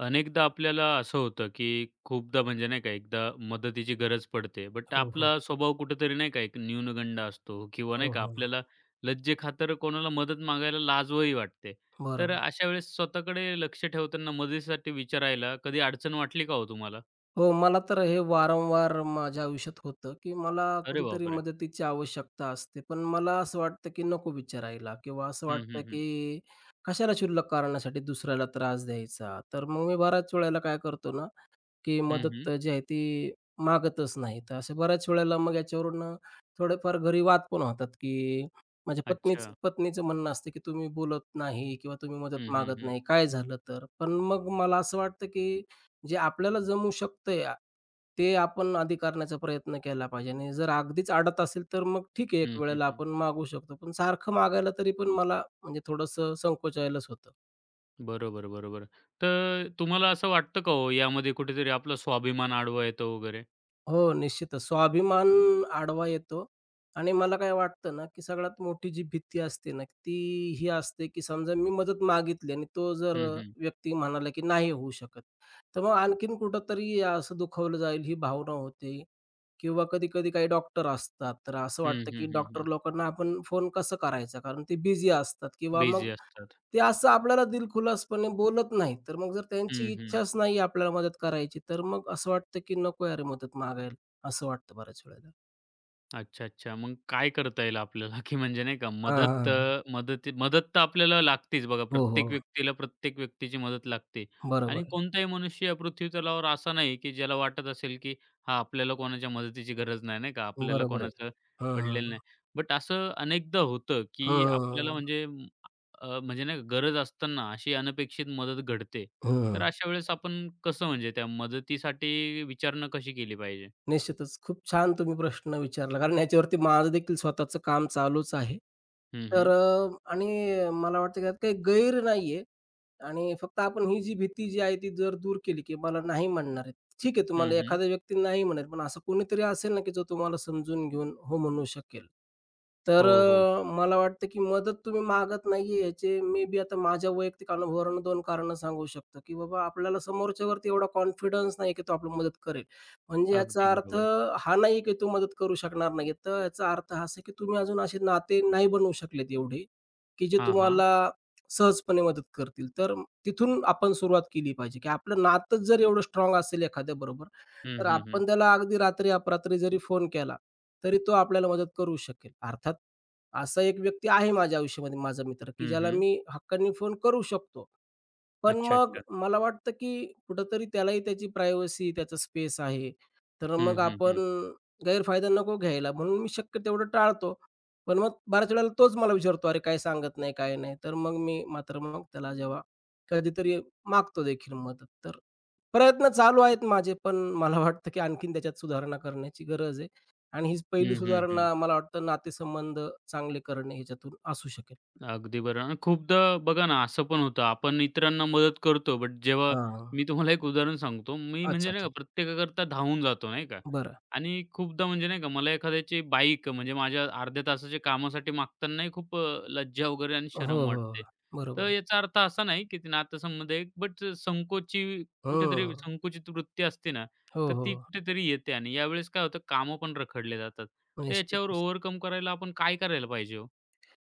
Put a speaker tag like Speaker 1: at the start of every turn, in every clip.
Speaker 1: अनेकदा आपल्याला असं होतं, की खूपदा म्हणजे नाही का, एकदा मदतीची गरज पडते. बट
Speaker 2: हो, हो.
Speaker 1: आपला स्वभाव कुठेतरी नाही का, एक न्यूनगंड असतो किंवा नाही
Speaker 2: हो,
Speaker 1: का,
Speaker 2: हो.
Speaker 1: आपल्याला लज्जेखातर कोणाला मदत मागायला लाजही वाटते. तर
Speaker 2: बरोबर.
Speaker 1: अशा वेळेस स्वतःकडे लक्ष ठेवताना मदतीसाठी विचारायला कधी अडचण वाटली का हो तुम्हाला?
Speaker 2: हो, मला तर हे वारंवार माझ्या आयुष्यात होतं, की मला
Speaker 1: अरे
Speaker 2: कधीतरी
Speaker 1: बापरे!
Speaker 2: मदतीची आवश्यकता असते. पण मला असं वाटतं, की नको विचारायला किंवा असं
Speaker 1: हं,
Speaker 2: वाटतं,
Speaker 1: हं, हं.
Speaker 2: की कशाला क्षुल्लक कारणासाठी दुसऱ्याला त्रास द्यायचा. तर मग मी बऱ्याच वेळेला काय करतो ना, की
Speaker 1: हं, हं.
Speaker 2: मदत जी आहे ती मागतच नाही. तर अशा बऱ्याच वेळेला मग याच्यावरून थोडेफार घरी वाद पण होतात, की माझ्या पत्नीच
Speaker 1: अच्छा.
Speaker 2: पत्नीचं म्हणणं असतं, की "तुम्ही बोलत नाही किंवा तुम्ही मदत
Speaker 1: हं, हं,
Speaker 2: मागत
Speaker 1: हं.
Speaker 2: नाही. काय झालं तर?" पण मग मला असं वाटतं, की जे आपल्याला जमू शकतंय ते आपण आधी करण्याचा प्रयत्न केला पाहिजे आणि जर अगदीच अडत असेल, तर मग ठीक आहे, एक
Speaker 1: हं, हं,
Speaker 2: वेळेला
Speaker 1: हं.
Speaker 2: आपण मागू शकतो. पण सारखं मागायला तरी पण मला म्हणजे थोडंसं संकोचायलाच होतं.
Speaker 1: बरोबर, बरोबर. तर तुम्हाला असं वाटतं का हो, यामध्ये कुठेतरी आपला स्वाभिमान आडवा येतो वगैरे?
Speaker 2: हो, निश्चितच. स्वाभिमान आडवा येतो आणि मला काय वाटतं ना, की सगळ्यात मोठी जी भीती असते ना, ती ही असते, की समजा मी मदत मागितली आणि तो जर
Speaker 1: हं, हं.
Speaker 2: व्यक्ती म्हणाला, की नाही होऊ शकत. तर मग आणखीन कुठेतरी असं दुखावलं जाईल ही भावना होते किंवा कधी-कधी काही डॉक्टर असतात. तर असं
Speaker 1: हं,
Speaker 2: वाटतं, की
Speaker 1: हं, हं,
Speaker 2: डॉक्टर
Speaker 1: हं.
Speaker 2: लोकांना आपण फोन कसं करायचा? कारण ते बिझी असतात किंवा
Speaker 1: बिझी
Speaker 2: मग
Speaker 1: असतात.
Speaker 2: ते असं आपल्याला दिलखुलासपणे बोलत नाहीत. तर मग जर त्यांची
Speaker 1: हं, हं.
Speaker 2: इच्छाच नाही आपल्याला मदत करायची, तर मग असं वाटतं, की नको यार मदत मागायला, असं वाटतं बऱ्याच वेळेला.
Speaker 1: अच्छा, अच्छा. मग काय करता येईल आपल्याला, की म्हणजे नाही का
Speaker 2: हां, हां,
Speaker 1: मदत
Speaker 2: हां.
Speaker 1: अ, मदती मदत तर आपल्याला लागतेच बघा.
Speaker 2: हो,
Speaker 1: प्रत्येक
Speaker 2: हो.
Speaker 1: व्यक्तीला प्रत्येक व्यक्तीची मदत लागते
Speaker 2: बरोबर
Speaker 1: आणि
Speaker 2: आहे.
Speaker 1: कोणताही मनुष्य या पृथ्वीतलावर असा नाही, की ज्याला वाटत असेल, की हां, आपल्याला कोणाच्या मदतीची गरज नाही, नाही का? आपल्याला
Speaker 2: बरोबर आहे.
Speaker 1: कोणाचं
Speaker 2: हं,
Speaker 1: पडलेलं
Speaker 2: हं.
Speaker 1: नाही. बट असं अनेकदा होतं, की आपल्याला
Speaker 2: हं.
Speaker 1: म्हणजे म्हणजे नाही का गरज असताना अशी अनपेक्षित मदत घडते. तर
Speaker 2: हं.
Speaker 1: अशा वेळेस आपण कसं म्हणजे त्या मदतीसाठी विचारणा कशी केली पाहिजे?
Speaker 2: निश्चितच. खूप छान तुम्ही प्रश्न विचारला. कारण ह्याच्यावरती माझं देखील स्वतःचं काम चालूच आहे.
Speaker 1: हं,
Speaker 2: तर
Speaker 1: हं.
Speaker 2: अ, आणि मला वाटतं की त्यात काही गैर नाहीये आणि फक्त आपण ही जी भीती जी आहे ती जर दूर केली, की मला नाही म्हणणार आहेत. ठीक आहे,
Speaker 1: हं,
Speaker 2: तुम्हाला
Speaker 1: हं.
Speaker 2: एखादा व्यक्ती नाही म्हणेल, पण असं कोणीतरी असेल ना, की जो तुम्हाला समजून घेऊन हो म्हणू शकेल.
Speaker 1: हो, हो, हो.
Speaker 2: मला वाटतं की मदत तुम्ही मागत नाहीये याचे मे बी आता माझ्या वैयक्तिक अनुभवावरून 2 कारणं सांगू शकतो, की बाबा आपल्याला समोरच्यावरती एवढा कॉन्फिडन्स नाही, की तो आपल्याला मदत करेल. म्हणजे
Speaker 1: अगदी
Speaker 2: याचा अर्थ
Speaker 1: बरोबर.
Speaker 2: हा नाही की तो मदत करू शकणार नाही. तर याचा अर्थ हा असा की तुम्ही अजून असे नाते नाही बनवू शकलेत एवढे, की जे
Speaker 1: हां, हां.
Speaker 2: तुम्हाला सहजपणे मदत करतील. तर तिथून आपण सुरुवात केली पाहिजे, की आपलं नातंच जर एवढं स्ट्रॉंग असेल एखाद्याबरोबर,
Speaker 1: हं,
Speaker 2: तर
Speaker 1: हं, हं.
Speaker 2: आपण त्याला अगदी रात्री अपरात्री जरी फोन केला, तरी तो आपल्याला मदत करू शकेल. अर्थात असा एक व्यक्ती आहे माझ्या आयुष्यामध्ये माझा मित्र, की
Speaker 1: हं,
Speaker 2: ज्याला
Speaker 1: हं.
Speaker 2: मी हक्काने फोन करू शकतो. पण
Speaker 1: अच्छा,
Speaker 2: मग
Speaker 1: अच्छा.
Speaker 2: मला वाटतं की कुठेतरी त्यालाही त्याची प्रायव्हसी, त्याचा स्पेस आहे. तर मग
Speaker 1: हं, हं,
Speaker 2: आपण
Speaker 1: हं.
Speaker 2: गैरफायदा नको घ्यायला म्हणून मी शक्य तेवढं टाळतो. पण मग बऱ्याच वेळेला तोच मला विचारतो, "अरे काय सांगत नाही, काय नाही?" तर मग मी मात्र मग त्याला जेव्हा कधीतरी मागतो देखील मदत. तर प्रयत्न चालू आहेत माझे, पण मला वाटतं की आणखीन त्याच्यात सुधारणा करण्याची गरज आहे आणि हीच पहिली
Speaker 1: हं, हं, हं.
Speaker 2: सुधारणा मला वाटतं नातेसंबंध चांगले करणे ह्याच्यातून असू शकेल.
Speaker 1: अगदी बरं आणि खूपदा बघा ना, असं पण होतं आपण इतरांना मदत करतो, बट जेव्हा
Speaker 2: हां.
Speaker 1: मी तुम्हाला एक उदाहरण सांगतो. मी
Speaker 2: अच्छा,
Speaker 1: म्हणजे नाही
Speaker 2: अच्छा.
Speaker 1: का प्रत्येकाकरता धावून जातो नाही का
Speaker 2: बरं.
Speaker 1: आणि खूपदा म्हणजे नाही का मला एखाद्याची बाईक म्हणजे माझ्या अर्ध्या तासाच्या कामासाठी मागतानाही खूप लज्जा वगैरे आणि
Speaker 2: हो, हो.
Speaker 1: शरम
Speaker 2: हो.
Speaker 1: वाटते. तर
Speaker 2: बरोबर.
Speaker 1: याचा अर्थ असा नाही की ते नातेसंबंध एक बट संकोची कुठेतरी
Speaker 2: हं.
Speaker 1: संकुचित वृत्ती असते ना,
Speaker 2: हो,
Speaker 1: तर ती
Speaker 2: हो.
Speaker 1: कुठेतरी येते आणि यावेळेस काय होतं कामं पण रखडले जातात. तर
Speaker 2: निश्चित,
Speaker 1: याच्यावर
Speaker 2: निश्चित.
Speaker 1: ओव्हरकम करायला आपण काय करायला पाहिजे हो?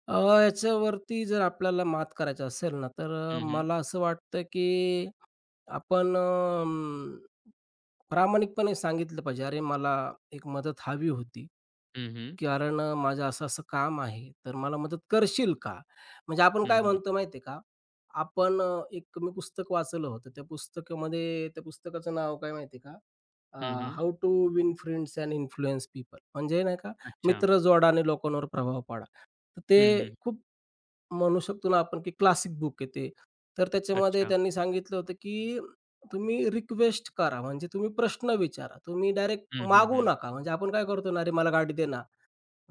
Speaker 2: अ, याच्यावरती जर आपल्याला मात करायचं असेल ना, तर
Speaker 1: हं, हं.
Speaker 2: मला असं वाटतं, की आपण प्रामाणिकपणे सांगितलं पाहिजे, "अरे, मला एक मदत हवी होती,
Speaker 1: हं, हं.
Speaker 2: कारण माझं असं-असं काम आहे, तर मला मदत करशील का?" म्हणजे आपण
Speaker 1: हं,
Speaker 2: काय
Speaker 1: हं.
Speaker 2: म्हणतो माहिती आहे का? आपण एक मी पुस्तक वाचलं होतं. त्या पुस्तकामध्ये त्या पुस्तकाचं नाव काय माहिती आहे का?
Speaker 1: हं,
Speaker 2: अ,
Speaker 1: हं.
Speaker 2: How to win friends and influence people म्हणजे नाही का,
Speaker 1: अच्छा.
Speaker 2: मित्र जोडा आणि लोकांवर प्रभाव पाडा. तर ते
Speaker 1: हं, हं.
Speaker 2: खूप म्हणू शकतो ना आपण की क्लासिक बुक आहे ते. तर त्याच्यामध्ये
Speaker 1: अच्छा.
Speaker 2: त्यांनी सांगितलं होतं की तुम्ही रिक्वेस्ट करा, म्हणजे तुम्ही प्रश्न विचारा. तुम्ही डायरेक्ट
Speaker 1: हं, हं,
Speaker 2: मागू
Speaker 1: हं.
Speaker 2: नका. म्हणजे आपण काय करतो ना, "अरे मला गाडी दे ना,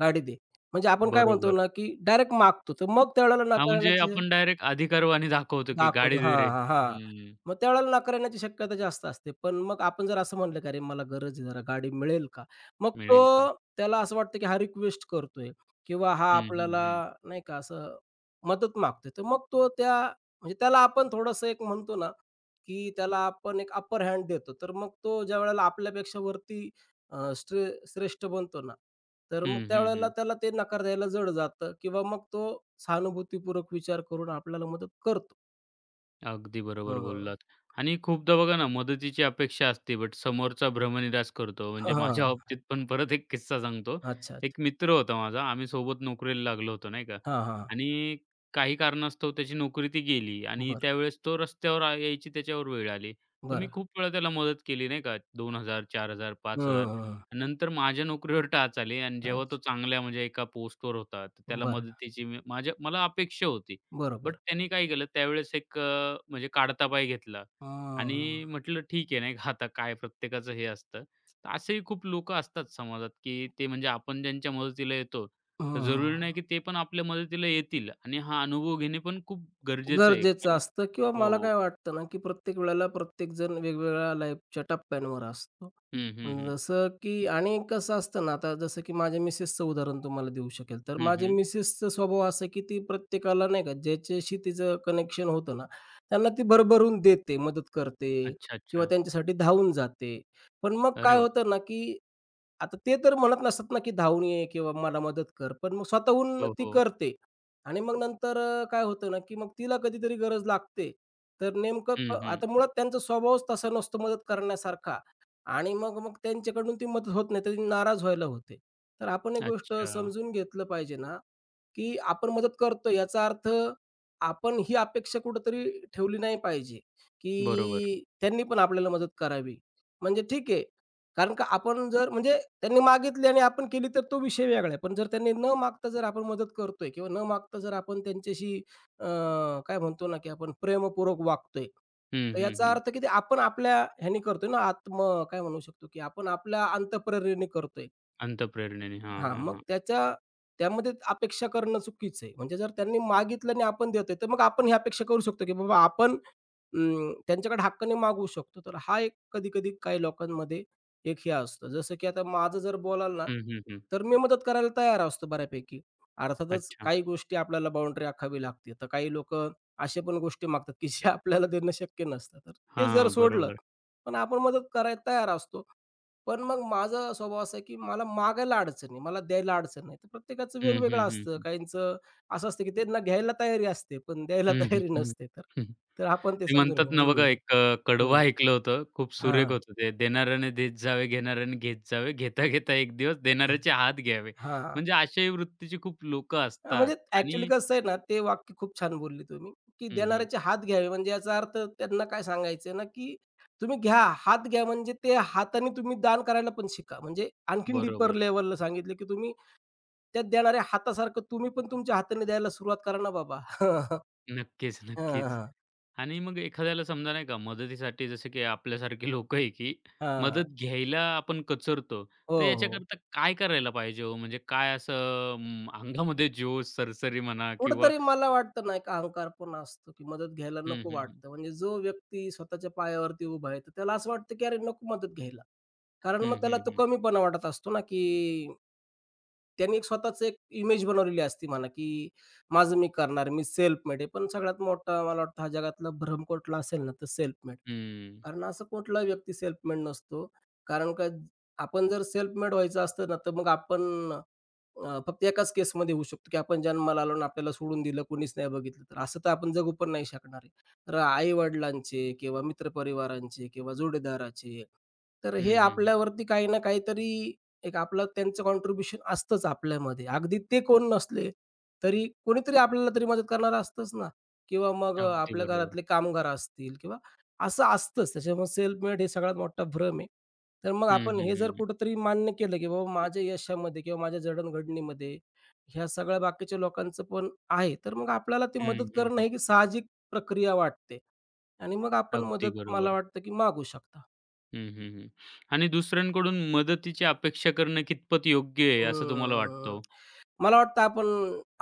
Speaker 2: गाडी दे." म्हणजे आपण काय म्हणतो
Speaker 1: बरोबर.
Speaker 2: ना, की डायरेक्ट मागतो. तर मग त्यावेळेला
Speaker 1: हां, म्हणजे
Speaker 2: नकारण्याचे
Speaker 1: आपण डायरेक्ट अधिकारवाणी दाखवतो, की गाडी
Speaker 2: दाखवतो.
Speaker 1: दे
Speaker 2: हां,
Speaker 1: रे.
Speaker 2: हां, हां.
Speaker 1: हं.
Speaker 2: मग त्यावेळेला नकार येण्याची शक्यता जास्त असते. पण मग आपण जर असं म्हटलं, की "अरे मला गरज आहे, जरा गाडी मिळेल का?" मग तो
Speaker 1: मिळेल का?
Speaker 2: त्याला असं वाटतं, की हा रिक्वेस्ट करतोय किंवा हा
Speaker 1: हं, हं,
Speaker 2: आपल्याला
Speaker 1: हं.
Speaker 2: नाही का असं मदत मागतोय. तर मग तो त्या म्हणजे त्याला आपण थोडंसं एक म्हणतो ना, की त्याला आपण एक अपर हँड देतो. तर मग तो ज्यावेळेला आपल्यापेक्षा वरती अ, श्रे श्रेष्ठ बनतो ना, तर मग
Speaker 1: हं, हं,
Speaker 2: त्यावेळेला
Speaker 1: हं.
Speaker 2: त्याला ते नकार द्यायला जड जातं किंवा मग तो सहानुभूतीपूर्वक विचार करून आपल्याला मदत करतो.
Speaker 1: अगदी बरोबर
Speaker 2: हं, हं.
Speaker 1: बोललात. आणि खूपदा बघा ना, मदतीची अपेक्षा असते, बट समोरचा भ्रमनिरास करतो.
Speaker 2: हां,
Speaker 1: म्हणजे माझ्या
Speaker 2: हां.
Speaker 1: बाबतीत पण परत एक किस्सा सांगतो.
Speaker 2: अच्छा, अच्छा.
Speaker 1: एक मित्र होता माझा. आम्ही सोबत नोकरीला लागलो होतो, नाही का.
Speaker 2: हां, हां.
Speaker 1: आणि काही कारणास्तव त्याची नोकरी ती गेली आणि
Speaker 2: बरं,
Speaker 1: त्यावेळेस तो रस्त्यावर यायची त्याच्यावर वेळ आली. तर मी
Speaker 2: बरं.
Speaker 1: खूप वेळा त्याला मदत केली, नाही का. 2,000, 4,000,
Speaker 2: हं,
Speaker 1: 5,000.
Speaker 2: हं, हं.
Speaker 1: नंतर माझ्या नोकरीवर टाच आली आणि जेव्हा तो
Speaker 2: अच्छा.
Speaker 1: चांगल्या म्हणजे एका पोस्टवर होता, तर त्याला
Speaker 2: बरं,
Speaker 1: मदतीची मी मला अपेक्षा होती. बट
Speaker 2: बरोबर.
Speaker 1: त्यांनी काय केलं त्यावेळेस एक म्हणजे काढता पाय घेतला
Speaker 2: हं,
Speaker 1: आणि म्हटलं ठीक आहे नाही का आता काय प्रत्येकाचं हे असतं. तर असेही खूप लोकं असतात समाजात, की ते म्हणजे आपण ज्यांच्या मदतीला येतो, तर जरुरी
Speaker 2: हं.
Speaker 1: नाही की ते पण आपल्या मदतीला येतील आणि हा अनुभव घेणे पण खूप गरजेचं आहे.
Speaker 2: गरजेचं
Speaker 1: कारण
Speaker 2: असतं किंवा मला
Speaker 1: हो.
Speaker 2: काय वाटतं ना, की प्रत्येक वेळेला प्रत्येकजण वेगवेगळ्या लाईफच्या टप्प्यांवर असतो.
Speaker 1: हं, हं, हं.
Speaker 2: जसं की आणि कसं असतं ना, आता जसं की माझ्या मिसेसचं उदाहरण तुम्हाला देऊ शकेल. तर
Speaker 1: हं,
Speaker 2: माझ्या
Speaker 1: हं.
Speaker 2: मिसेसचा स्वभाव असा, की ती प्रत्येकाला नाही का ज्याच्याशी तिचं कनेक्शन होतं ना, त्यांना ती भरभरून देते, मदत करते
Speaker 1: अच्छा,
Speaker 2: किंवा
Speaker 1: अच्छा.
Speaker 2: त्यांच्यासाठी धावून जाते. पण मग
Speaker 1: अरे
Speaker 2: काय
Speaker 1: वाह!
Speaker 2: होतं ना, की आता ते तर म्हणत नसतात ना, की धावून ये किंवा मला मदत कर. पण मग स्वतःहून
Speaker 1: हो,
Speaker 2: ती
Speaker 1: हो.
Speaker 2: करते आणि मग नंतर काय होतं ना, की मग तिला कधीतरी गरज लागते. तर नेमकं
Speaker 1: हं, हं.
Speaker 2: आता मुळात त्यांचा स्वभावच तसा नसतो मदत करण्यासारखा आणि मग मग त्यांच्याकडून ती मदत होत नाही, तर ती नाराज व्हायला होते. तर आपण एक गोष्ट
Speaker 1: अच्छा.
Speaker 2: समजून घेतलं पाहिजे ना, की आपण मदत करतो याचा अर्थ आपण ही अपेक्षा कुठेतरी ठेवली नाही पाहिजे,
Speaker 1: बरोबर.
Speaker 2: की त्यांनी पण आपल्याला मदत करावी. म्हणजे ठीक आहे, कारण का आपण जर म्हणजे त्यांनी मागितली आणि आपण केली तर तो विषय वेगळा आहे. पण जर त्यांनी न मागता जर आपण मदत करतोय किंवा न मागता जर आपण त्यांच्याशी अ, काय म्हणतो ना, की आपण प्रेमपूर्वक वागतोय,
Speaker 1: हं,
Speaker 2: तर
Speaker 1: हं,
Speaker 2: याचा
Speaker 1: हं.
Speaker 2: अर्थ, की ते आपण आपल्या ह्याने करतोय ना, आत्म काय म्हणू शकतो, की आपण आपल्या अंतःप्रेरणेने करतोय.
Speaker 1: अंतःप्रेरणेने. हां,
Speaker 2: हां,
Speaker 1: हां,
Speaker 2: मग
Speaker 1: हां.
Speaker 2: त्याच्या त्यामध्ये अपेक्षा करणं चुकीचं आहे. म्हणजे जर त्यांनी मागितलं आणि आपण देतोय, तर मग आपण ही अपेक्षा करू शकतो, की बाबा आपण त्यांच्याकडे हक्काने मागवू शकतो. तर हा एक कधी-कधी काही लोकांमध्ये एक हे असतं. जसं की आता माझं जर बोलाल ना,
Speaker 1: हं, हं, हं.
Speaker 2: तर मी मदत करायला तयार असतो बऱ्यापैकी. अर्थातच
Speaker 1: अच्छा.
Speaker 2: काही गोष्टी आपल्याला बाउंडरी आखावी लागते. तर काही लोकं अशा पण गोष्टी मागतात, की जे आपल्याला देणं शक्य नसतं. तर ते जर
Speaker 1: हां,
Speaker 2: सोडलं,
Speaker 1: बरोबर.
Speaker 2: पण आपण मदत करायला तयार असतो. पण मग माझा स्वभाव असा आहे, की मला मागायला अडचण आहे, मला द्यायला अडचण नाही. तर प्रत्येकाचं
Speaker 1: हं,
Speaker 2: वेगवेगळं
Speaker 1: हं,
Speaker 2: असतं.
Speaker 1: हं.
Speaker 2: काहींचं असं असतं, की त्यांना घ्यायला तयारी असते, पण द्यायला
Speaker 1: हं, हं,
Speaker 2: तयारी
Speaker 1: हं.
Speaker 2: नसते तर
Speaker 1: हं.
Speaker 2: तर आपण ते
Speaker 1: ते
Speaker 2: समजून
Speaker 1: म्हणतात
Speaker 2: घेऊ.
Speaker 1: ना बघा एक
Speaker 2: हं,
Speaker 1: कडवं
Speaker 2: हं.
Speaker 1: ऐकलं होतं. खूप सुरेख
Speaker 2: हां,
Speaker 1: होतं ते. देणाऱ्याने देत जावे, घेणाऱ्याने घेत जावे, घेता, घेता एक दिवस
Speaker 2: हां.
Speaker 1: देणाऱ्याचे हात घ्यावे. म्हणजे अशाही वृत्तीची खूप लोकं
Speaker 2: हां,
Speaker 1: असतात
Speaker 2: म्हणजे ॲक्चुअली
Speaker 1: आणि
Speaker 2: कसं आहे ना, ते वाक्य खूप छान बोलले तुम्ही, की
Speaker 1: हं, हं.
Speaker 2: देणाऱ्याचे हात घ्यावे. म्हणजे याचा अर्थ त्यांना काय सांगायचंय ना, की तुम्ही घ्या, हात घ्या म्हणजे ते हाताने तुम्ही दान करायला पण शिका. म्हणजे आणखीन डीपर
Speaker 1: बरोबर.
Speaker 2: लेव्हलला सांगितलं, की तुम्ही त्या देणाऱ्या हातासारखं तुम्ही पण तुमच्या हाताने द्यायला सुरुवात करा ना बाबा.
Speaker 1: नक्कीच,
Speaker 2: हां, हां,
Speaker 1: नक्कीच.
Speaker 2: हां.
Speaker 1: आणि मग एखाद्याला समजा नाही का मदतीसाठी जसं की आपल्यासारखी लोकं आहे की मदत घ्यायला आपण कचरतो.
Speaker 2: हो,
Speaker 1: तर
Speaker 2: हो.
Speaker 1: याच्याकरता काय करायला पाहिजे हो? म्हणजे काय असं अंगामध्ये जोश, सरसरी म्हणा किंवा
Speaker 2: कुठेतरी मला वाटतं ना, एक अहंकार पण असतो, की मदत घ्यायला
Speaker 1: हं,
Speaker 2: नको
Speaker 1: हं, हं.
Speaker 2: वाटतं. म्हणजे जो व्यक्ती स्वतःच्या पायावरती उभा आहे, तर त्याला असं वाटतं, की अरे नको मदत घ्यायला. कारण मग
Speaker 1: हं,
Speaker 2: त्याला
Speaker 1: हं,
Speaker 2: तो
Speaker 1: हं.
Speaker 2: कमीपणा वाटत असतो ना, की त्यांनी एक स्वतःच एक इमेज बनवलेली असती म्हणा, की माझं मी करणार, मी सेल्फ मेड आहे. पण सगळ्यात मोठा मला वाटतं हा जगातला भ्रम कुठला असेल ना, तर सेल्फ मेड.
Speaker 1: हं.
Speaker 2: कारण असं कुठलाही व्यक्ती सेल्फ मेड नसतो. कारण का आपण जर सेल्फ मेड व्हायचं असतं ना, तर मग आपण फक्त एकाच केसमध्ये होऊ शकतो, की आपण जन्माला आलो आणि आपल्याला सोडून दिलं, कोणीच नाही बघितलं. तर असं तर आपण जगू पण नाही शकणार आहे. तर आई-वडिलांचे किंवा मित्रपरिवारांचे किंवा जोडीदाराचे, तर हे
Speaker 1: हं, हं, हं.
Speaker 2: आपल्यावरती काही ना काहीतरी एक आपलं त्यांचं कॉन्ट्रिब्युशन असतंच आपल्यामध्ये. अगदी ते कोण नसले, तरी कोणीतरी आपल्याला तरी मदत करणारं असतंच ना किंवा मग
Speaker 1: अगदी
Speaker 2: आपल्या
Speaker 1: बरोबर.
Speaker 2: घरातले कामगार असतील किंवा असं असतंच. त्याच्यामुळे सेल्फ मेड हे सगळ्यात मोठा भ्रम आहे. तर मग
Speaker 1: हं,
Speaker 2: आपण
Speaker 1: हं,
Speaker 2: हे
Speaker 1: हं,
Speaker 2: जर
Speaker 1: हं.
Speaker 2: कुठेतरी मान्य केलं, की बाबा माझ्या यशामध्ये किंवा माझ्या जडणघडणीमध्ये ह्या सगळ्या बाकीच्या लोकांचं पण आहे, तर मग आपल्याला ती
Speaker 1: हं,
Speaker 2: मदत
Speaker 1: हं,
Speaker 2: करणं
Speaker 1: हं.
Speaker 2: ही की साहजिक प्रक्रिया वाटते आणि मग आपण
Speaker 1: अगदी
Speaker 2: मदत मला
Speaker 1: बरोबर.
Speaker 2: वाटतं, की मागू शकता.
Speaker 1: हं, हं, हं. आणि दुसऱ्यांकडून मदतीची अपेक्षा करणं कितपत योग्य आहे असं तुम्हाला वाटतं
Speaker 2: हं.
Speaker 1: हो?
Speaker 2: मला वाटतं आपण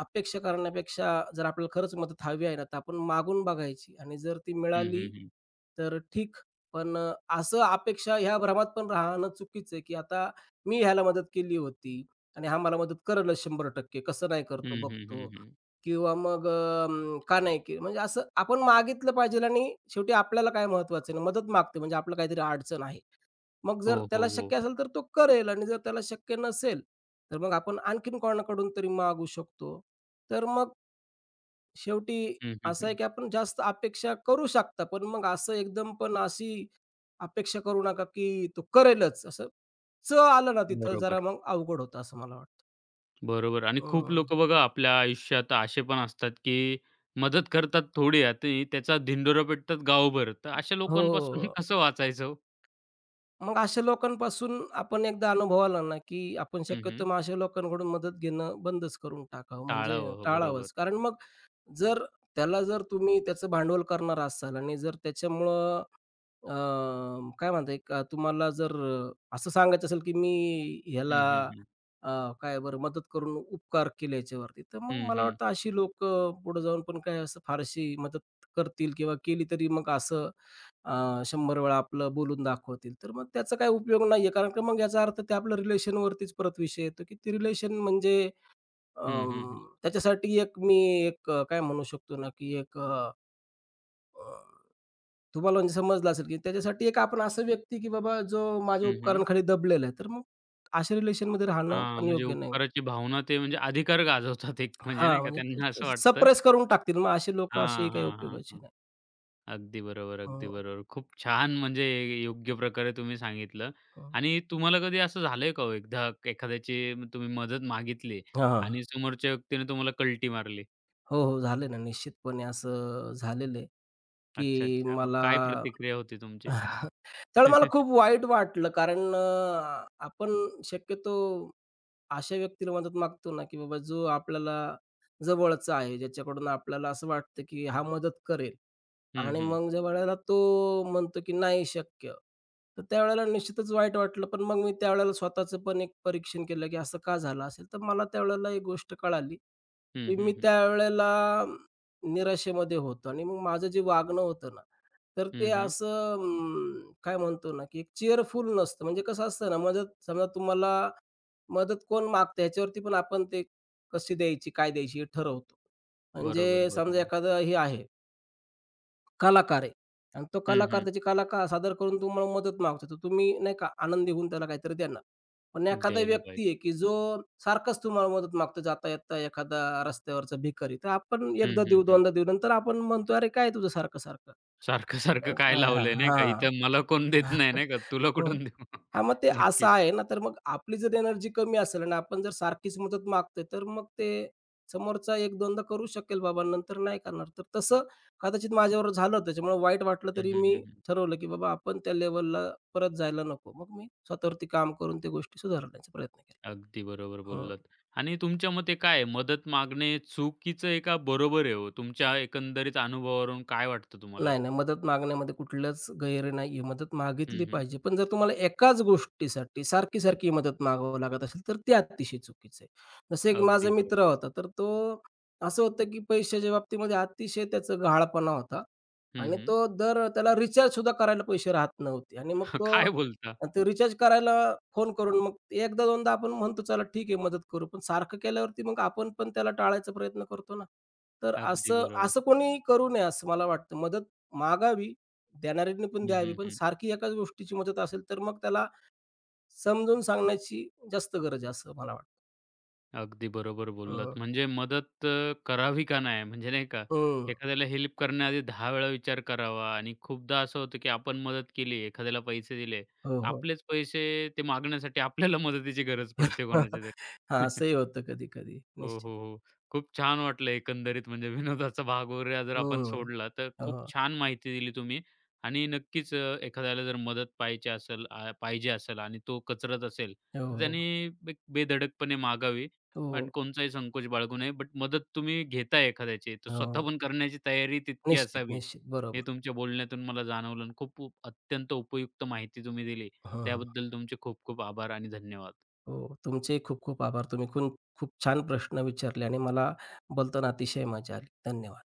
Speaker 2: अपेक्षा करण्यापेक्षा जर आपल्याला खरंच मदत हवी आहे ना, तर आपण मागून बघायची आणि जर ती
Speaker 1: हं,
Speaker 2: मिळाली
Speaker 1: हं, हं.
Speaker 2: तर ठीक. पण असं अपेक्षा ह्या भ्रमात पण राहणं चुकीचं आहे, की आता मी ह्याला मदत केली होती आणि हा मला मदत करेलच टक्के कसं नाही करतो
Speaker 1: हं, हं,
Speaker 2: बघतो
Speaker 1: हं,
Speaker 2: किंवा मग का नाही केली म्हणजे असं आपण मागितलं पाहिजे आणि शेवटी आपल्याला काय महत्वाचं आहे ना, मदत मागते म्हणजे आपलं काहीतरी अडचण आहे. मग जर
Speaker 1: हो,
Speaker 2: त्याला
Speaker 1: हो, हो.
Speaker 2: शक्य असेल तर तो करेल आणि जर त्याला शक्य नसेल, तर मग आपण आणखीन कोणाकडून तरी मागू शकतो. तर मग शेवटी
Speaker 1: हं, हं,
Speaker 2: असं आहे
Speaker 1: हं.
Speaker 2: की आपण जास्त अपेक्षा करू शकता, पण मग असं एकदम पण अशी अपेक्षा करू नका की तो करेलच असं "च" आलं ना तिथं जरा
Speaker 1: बरोबर,
Speaker 2: मग अवघड होतं असं मला वाटतं.
Speaker 1: बरोबर आणि खूप
Speaker 2: हं.
Speaker 1: लोकं बघा आपल्या आयुष्यात असे पण असतात, की मदत करतात थोडी आणि त्याचा धिंडोरा पेटतात गावभर. तर अशा लोकांपासून
Speaker 2: हो.
Speaker 1: कसं वाचायचं हो?
Speaker 2: मग अशा लोकांपासून आपण एकदा अनुभव आला ना, की आपण
Speaker 1: हं,
Speaker 2: शक्यतो
Speaker 1: हं.
Speaker 2: मग अशा लोकांकडून मदत घेणं बंदच करून टाकावं म्हणजे
Speaker 1: टाळावं. हो, बरोबर.
Speaker 2: टाळावंच. कारण मग जर त्याला जर तुम्ही त्याचं भांडवल करणार असाल आणि जर त्याच्यामुळं अ, काय म्हणता एक अ, तुम्हाला जर असं सांगायचं असेल की मी
Speaker 1: हं,
Speaker 2: ह्याला
Speaker 1: हं, हं.
Speaker 2: अ, काय बरं मदत करून उपकार केले याच्यावरती, तर मग
Speaker 1: हं,
Speaker 2: मला
Speaker 1: हं.
Speaker 2: वाटतं अशी लोक पुढे जाऊन पण काय असं फारशी मदत करतील किंवा केली तरी मग असं 100 वेळा आपलं बोलून दाखवतील. तर मग त्याचा काही उपयोग नाहीये. कारण की मग याचा अर्थ ते आपल्या रिलेशनवरतीच परत विषय येतो, की ते रिलेशन म्हणजे
Speaker 1: हं, हं, हं.
Speaker 2: त्याच्यासाठी एक मी एक अ, काय म्हणू शकतो ना, की एक अ, अ, तुम्हाला म्हणजे समजलं असेल, की त्याच्यासाठी एक आपण असा व्यक्ती, की बाबा जो माझ्या
Speaker 1: हं,
Speaker 2: उपकरणाखाली दबलेला आहे. तर मग अशा रिलेशनमध्ये राहणं
Speaker 1: हां,
Speaker 2: पण
Speaker 1: म्हणजे
Speaker 2: योग्य नाही.
Speaker 1: उपकाराची भावना ते म्हणजे अधिकार गाजवतात एक म्हणजे
Speaker 2: हां,
Speaker 1: नाही का त्यांना
Speaker 2: म्हणजे
Speaker 1: असं वाटतं
Speaker 2: सप्रेस करून टाकतील. मग असे लोक असे
Speaker 1: हां,
Speaker 2: काही
Speaker 1: हां, हां,
Speaker 2: उपयोगाचे
Speaker 1: हां.
Speaker 2: नाही.
Speaker 1: अगदी बरोबर, अगदी
Speaker 2: हो,
Speaker 1: बरोबर. खूप छान म्हणजे योग्य प्रकारे तुम्ही सांगितलं
Speaker 2: हो.
Speaker 1: आणि तुम्हाला कधी असं झालंय का हो एकदा एखाद्याची तुम्ही मदत मागितली
Speaker 2: हां,
Speaker 1: आणि समोरच्या व्यक्तीने तुम्हाला कल्टी मारली?
Speaker 2: हो, हो. झाले ना निश्चितपणे असं झालेलं आहे,
Speaker 1: अच्छा,
Speaker 2: की
Speaker 1: अच्छा. मग
Speaker 2: मला
Speaker 1: काय प्रतिक्रिया होती तुमची?
Speaker 2: तर मला खूप वाईट वाटलं कारण आपण शक्यतो अशा व्यक्तीला मदत मागतो ना, की बाबा जो आपल्याला जवळचा आहे, ज्याच्याकडून आपल्याला असं वाटतं, की हा मदत करेल
Speaker 1: हं,
Speaker 2: आणि
Speaker 1: हं.
Speaker 2: मग ज्या वेळेला तो म्हणतो, की नाही शक्य, तर त्यावेळेला निश्चितच वाईट वाटलं. पण मग मी त्यावेळेला स्वतःचं पण एक परीक्षण केलं, की असं का झालं असेल? तर मला त्यावेळेला एक गोष्ट कळाली,
Speaker 1: हं,
Speaker 2: की
Speaker 1: हं,
Speaker 2: मी
Speaker 1: हं.
Speaker 2: त्यावेळेला निराशेमध्ये होतो आणि मग माझं जे वागणं होतं ना, तर ते
Speaker 1: हं,
Speaker 2: असं काय म्हणतो ना, की एक चीअरफुल नसतं. म्हणजे कसं असतं ना, मदत समजा तुम्हाला मदत कोण मागतं याच्यावरती पण आपण ते कशी द्यायची, काय द्यायची हे ठरवतो.
Speaker 1: बरोबर,
Speaker 2: म्हणजे समजा
Speaker 1: बरोबर.
Speaker 2: एखादं हे आहे कलाकार आहे आणि तो
Speaker 1: हं,
Speaker 2: कलाकार
Speaker 1: हं.
Speaker 2: त्याची कला का सादर करून तुम्हाला मदत मागतो. तर तुम्ही नाही का आनंदी होऊन त्याला काहीतरी देणार. पण एखादा
Speaker 1: द्यायला
Speaker 2: व्यक्ती
Speaker 1: पाहिजे.
Speaker 2: आहे, की जो सारखाच तुम्हाला मदत मागतो जाता-येता एखादा रस्त्यावरचा भिकारी. तर आपण
Speaker 1: हं,
Speaker 2: एकदा
Speaker 1: हं,
Speaker 2: देऊ,
Speaker 1: हं.
Speaker 2: दोनदा देऊ. नंतर आपण म्हणतो, "अरे, काय तुझं सारखं-सारखं?" अ,
Speaker 1: सारखं-सारखं काय
Speaker 2: काय हां,
Speaker 1: लावलंय नाही का, इथं
Speaker 2: हां.
Speaker 1: मला कोण देत नाही नाही का, तुला
Speaker 2: हो.
Speaker 1: कुठून देऊ?
Speaker 2: हां, मग ते असं
Speaker 1: नक्कीच.
Speaker 2: आहे ना, तर मग आपली जर एनर्जी कमी असेल आणि आपण जर सारखीच मदत मागतोय, तर मग ते समोरचा 1-2दा करू शकेल बाबा, नंतर नाही करणार. तर तसं कदाचित माझ्यावर झालं. त्याच्यामुळे वाईट वाटलं
Speaker 1: हं,
Speaker 2: तरी
Speaker 1: हं,
Speaker 2: मी
Speaker 1: हं, हं.
Speaker 2: ठरवलं, की बाबा आपण त्या लेव्हलला परत जायला नको. मग मी स्वतःवरती काम करून त्या गोष्टी सुधारण्याचा प्रयत्न केला.
Speaker 1: अगदी बरोबर
Speaker 2: हं.
Speaker 1: बोललात. आणि तुमच्या मते काय आहे, मदत मागणे चुकीचं आहे का बरोबर आहे हो? तुमच्या एकंदरीत अनुभवावरून काय वाटतं तुम्हाला?
Speaker 2: नाही, नाही. मदत मागण्यामध्ये कुठलंच गैर नाही आहे. मदत
Speaker 1: हं,
Speaker 2: मागितली
Speaker 1: हं.
Speaker 2: पाहिजे. पण जर तुम्हाला एकाच गोष्टीसाठी सारखी-सारखी मदत मागावं लागत असेल, तर ते अतिशय चुकीचं आहे. जसं एक माझा
Speaker 1: अगदी
Speaker 2: मित्र
Speaker 1: बरोबर.
Speaker 2: होता, तर तो असं होतं की पैशाच्या बाबतीमध्ये अतिशय त्याचा गहाळपणा होता
Speaker 1: हं,
Speaker 2: आणि
Speaker 1: हं.
Speaker 2: तो दर त्याला रिचार्जसुद्धा करायला पैसे राहत नव्हते आणि मग तो
Speaker 1: काय बोलता?
Speaker 2: ते रिचार्ज करायला फोन करून मग एकदा दोनदा आपण म्हणतो चला ठीक आहे मदत करू, पण सारखं केल्यावरती मग आपण पण त्याला टाळायचा प्रयत्न करतो ना. तर
Speaker 1: अगदी
Speaker 2: असं
Speaker 1: बरोबर.
Speaker 2: असं कोणी करू नये असं मला वाटतं. मदत मागावी, देणाऱ्यांनी पण
Speaker 1: हं,
Speaker 2: द्यावी,
Speaker 1: हं,
Speaker 2: पण
Speaker 1: हं.
Speaker 2: सारखी एकाच गोष्टीची मदत असेल, तर मग त्याला समजून सांगण्याची जास्त गरज आहे असं मला वाटतं.
Speaker 1: अगदी बरोबर बोललात.
Speaker 2: हं,
Speaker 1: म्हणजे मदत करावी का नाही? म्हणजे नाही का,
Speaker 2: हं.
Speaker 1: एखाद्याला हेल्प करण्याआधी 10 वेळा विचार करावा आणि खूपदा असं होतं, की आपण मदत केली, एखाद्याला पैसे दिले,
Speaker 2: हो, हो.
Speaker 1: आपलेच पैसे ते मागण्यासाठी आपल्याला मदतीची गरज पडते कोणाच्या तरी.
Speaker 2: हां, असंही होतं कधी-कधी
Speaker 1: हो, हो,
Speaker 2: निश्चित.
Speaker 1: हो. खूप छान वाटलं एकंदरीत म्हणजे विनोदाचा भाग वगैरे जर आपण
Speaker 2: हं.
Speaker 1: सोडला, तर खूप
Speaker 2: हो,
Speaker 1: छान माहिती दिली तुम्ही आणि नक्कीच एखाद्याला जर मदत पाहिजे असेल आणि तो कचरत असेल,
Speaker 2: हो,
Speaker 1: तर
Speaker 2: हो,
Speaker 1: त्याने एक बेधडकपणे मागावी आणि
Speaker 2: हो.
Speaker 1: कोणताही संकोच बाळगू नये. बट मदत तुम्ही घेताय एखाद्याची, तर स्वतः
Speaker 2: हो,
Speaker 1: पण करण्याची तयारी तितकी
Speaker 2: निश्चित,
Speaker 1: असावी.
Speaker 2: निश्चित. बरोबर.
Speaker 1: हे तुमच्या बोलण्यातून मला जाणवलं आणि खूप अत्यंत उपयुक्त माहिती तुम्ही दिली.
Speaker 2: हं,
Speaker 1: त्याबद्दल तुमचे खूप खूप आभार आणि धन्यवाद.
Speaker 2: हो. तुमचे खूप खूप आभार. तुम्ही खून खूप छान प्रश्न विचारले आणि मला बोलताना अतिशय मजा आली. धन्यवाद.